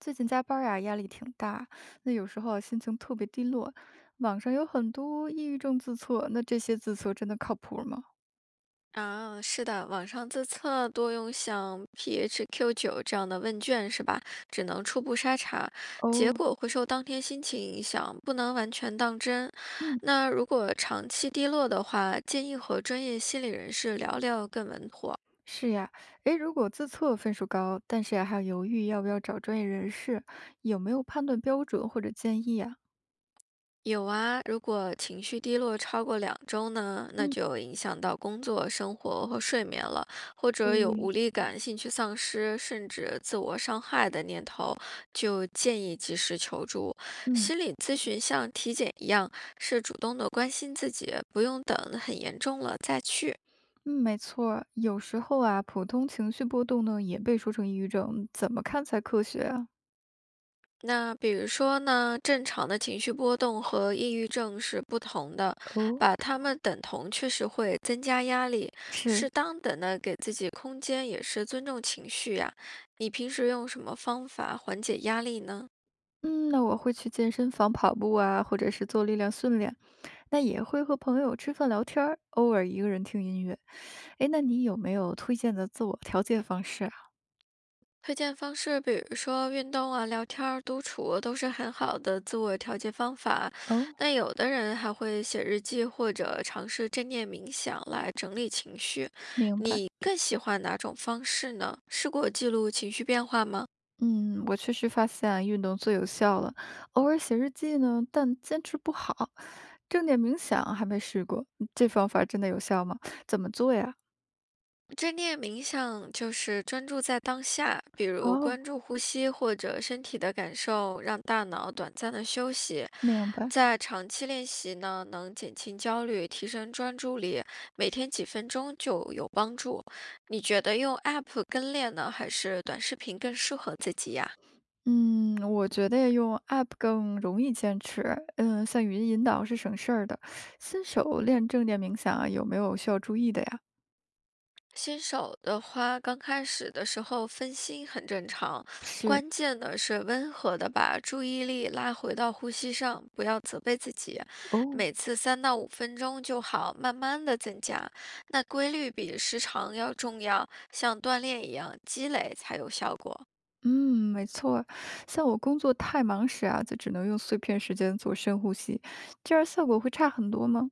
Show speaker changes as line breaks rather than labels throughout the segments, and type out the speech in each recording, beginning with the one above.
最近加班儿呀，压力挺大，那有时候啊心情特别低落。网上有很多抑郁症自测，那这些自测真的靠谱吗？
啊，是的，网上自测多用像 PHQ-9这样的问卷是吧？只能初步筛查，结
哦，
果会受当天心情影响，不能完全当真。
嗯，
那如果长期低落的话，建议和专业心理人士聊聊更稳妥。
是呀。诶，如果自测分数高，但是呀还犹豫要不要找专业人士，有没有判断标准或者建议啊？
有啊，如果情绪低落超过2周呢，那
嗯，
就影响到工作、生活和睡眠了，或
所
者有无
以
力感、兴趣丧失，甚至自我伤害的念头，就建议及时求助。
嗯
心理咨询像体检一样，是主动的关心自己，不用等很严重了再去。
嗯，没错儿有时候啊，普通情绪波动呢也被说成抑郁症，怎么看才科学啊？
那比如说呢，正常的情绪波动和抑郁症是不同的，
哦，
把它们等同确实会增加压力。
是，
适当的呢，给自己空间也是尊重情绪呀。你平时用什么方法缓解压力呢？
嗯，那我会去健身房跑步啊，或者是做力量训练。那也会和朋友吃饭聊天儿，偶尔一个人听音乐。诶，那你有没有推荐的自我调节方式啊？
推荐方式，比如说运动啊、聊天儿、独处，都是很好的自我调节方法。
哦，
那有的人还会写日记，或者尝试正念冥想来整理情绪。
明白。
你更喜欢哪种方式呢？试过记录情绪变化吗？
嗯，我确实发现啊运动最有效了。偶尔写日记呢，但坚持不好。正念冥想还没试过，这方法真的有效吗？怎么做呀？
正念冥想就是专注在当下，比如
哦，
关注呼吸或者身体的感受，让大脑短暂的休息。
明白。
在长期练习呢，能减轻焦虑，提升专注力，每天几分钟就有帮助。你觉得用 App 跟练呢，还是短视频更适合自己呀？
嗯，我觉得用 App 更容易坚持。嗯，像语音引导是省事儿的。新手练正念冥想啊，有没有需要注意的呀？
新手的话，刚开始的时候分心很正常，
是
关键的是温和的把注意力拉回到呼吸上，不要责备自己，
哦。
每次3到5分钟就好，慢慢的增加。那规律比时长要重要，像锻炼一样，积累才有效果。
嗯，没错，像我工作太忙时啊，就只能用碎片时间做深呼吸，这样效果会差很多吗？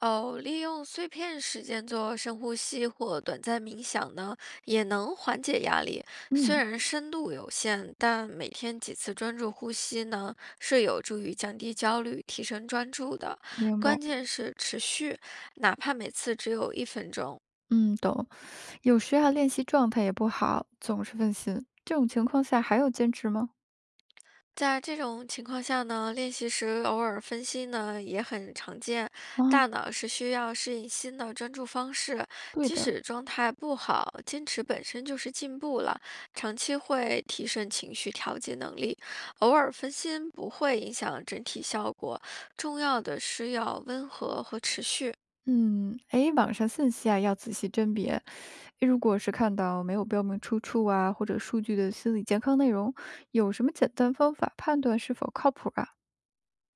哦，利用碎片时间做深呼吸或短暂冥想呢，也能缓解压力。虽
嗯，
然深度有限，但每天几次专注呼吸呢，是有助于降低焦虑、提升专注的。
明白，
关键是持续，哪怕每次只有1分钟。
嗯，懂。有时啊，练习状态也不好，总是分心，这种情况下还有坚持吗？
在这种情况下呢，练习时偶尔分心呢也很常见。
啊，
大脑是需要适应新的专注方式，
对
即
的，
使状态不好，坚持本身就是进步了。长期会提升情绪调节能力，偶尔分心不会影响整体效果。重要的是要温和和持续。
嗯，诶，网上信息啊要仔细甄别，如果是看到没有标明出处啊，或者数据的心理健康内容，有什么简单方法判断是否靠谱啊？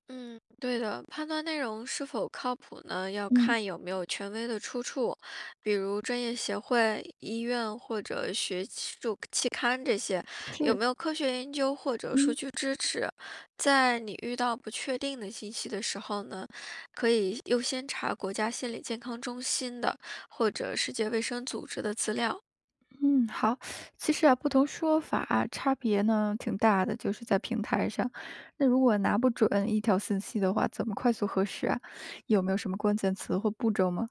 嗯，对的，判断内容是否靠谱呢，要
嗯，
看有没有权威的出处，比如专业协会、医院或者学术期刊这些，有
是，
没有科学研究或者数
嗯，
据支持。在你遇到不确定的信息的时候呢，可以优先查国家心理健康中心的或者世界卫生组织的资料。
嗯，好。其实啊，不同说法啊差别呢挺大的，就是在平台上。那如果拿不准一条信息的话，怎么快速核实啊？有没有什么关键词或步骤吗？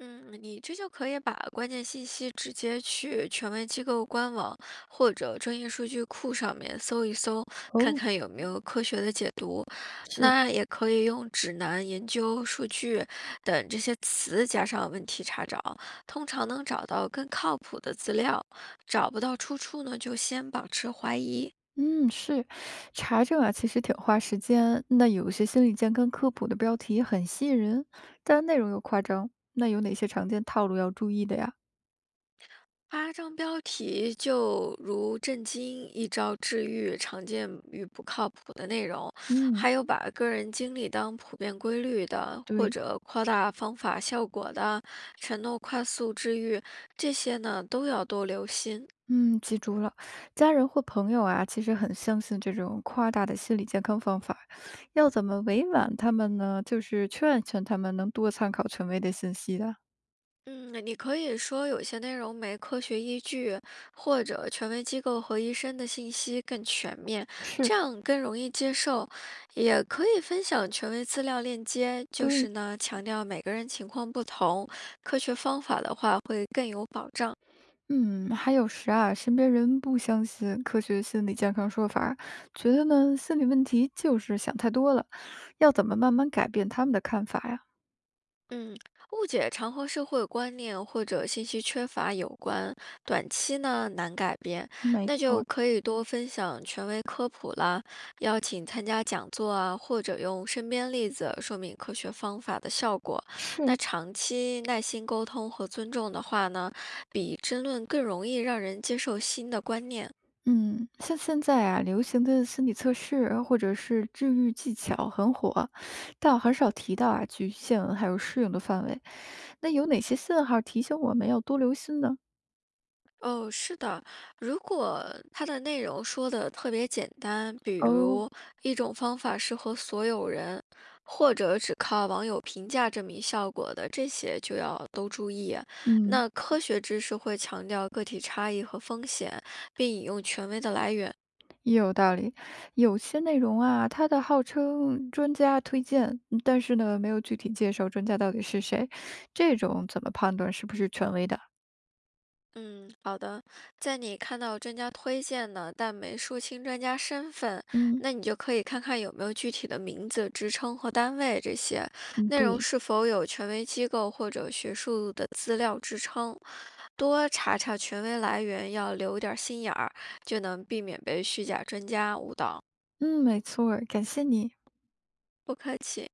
嗯，你这就可以把关键信息直接去权威机构官网或者专业数据库上面搜一搜，看
哦，
看有没有科学的解读。
是，
那也可以用指南、研究、数据等这些词加上问题查找，通常能找到更靠谱的资料。找不到出处呢，就先保持怀疑。
嗯，是，查证啊，其实挺花时间。那有些心理健康科普的标题很吸引人，但内容又夸张，那有哪些常见套路要注意的呀？
八张标题就如震惊、一招治愈、常见与不靠谱的内容，
嗯。
还有把个人经历当普遍规律的，或
对。
者夸大方法效果的，承诺快速治愈，这些呢都要多留心。
嗯，记住了。家人或朋友啊，其实很相信这种夸大的心理健康方法，要怎么委婉他们呢？就是劝劝他们能多参考权威的信息的。
嗯，你可以说有些内容没科学依据，或者权威机构和医生的信息更全面，这
是，
样更容易接受。也可以分享权威资料链接，就
对，
是呢，强调每个人情况不同，科学方法的话会更有保障。
嗯，还有时啊，身边人不相信科学心理健康说法儿觉得呢心理问题就是想太多了，要怎么慢慢改变他们的看法呀？
嗯，误解常和社会观念或者信息缺乏有关，短期呢难改变，
没
那就
错，
可以多分享权威科普啦，邀请参加讲座啊，或者用身边例子说明科学方法的效果。那
是
长期耐心沟通和尊重的话呢，比争论更容易让人接受新的观念。
嗯，像现在啊，流行的心理测试或者是治愈技巧很火，但很少提到啊局限还有适用的范围。那有哪些信号提醒我们要多留心呢？
哦，是的，如果它的内容说的特别简单，比
哦，
如一种方法适合所有人，或者只靠网友评价证明效果的，这些就要都注意。
嗯，
那科学知识会强调个体差异和风险，并引用权威的来源。
也有道理。有些内容啊，它的号称专家推荐，但是呢，没有具体介绍专家到底是谁，这种怎么判断是不是权威的？
嗯，好的。在你看到专家推荐呢，但没说清专家身份，
嗯
那你就可以看看有没有具体的名字、职称和单位这些，
嗯，
内容
对。
是否有权威机构或者学术的资料支撑。多查查权威来源，要留点儿心眼儿，就能避免被虚假专家误导。
嗯，没错儿感谢你。
不客气。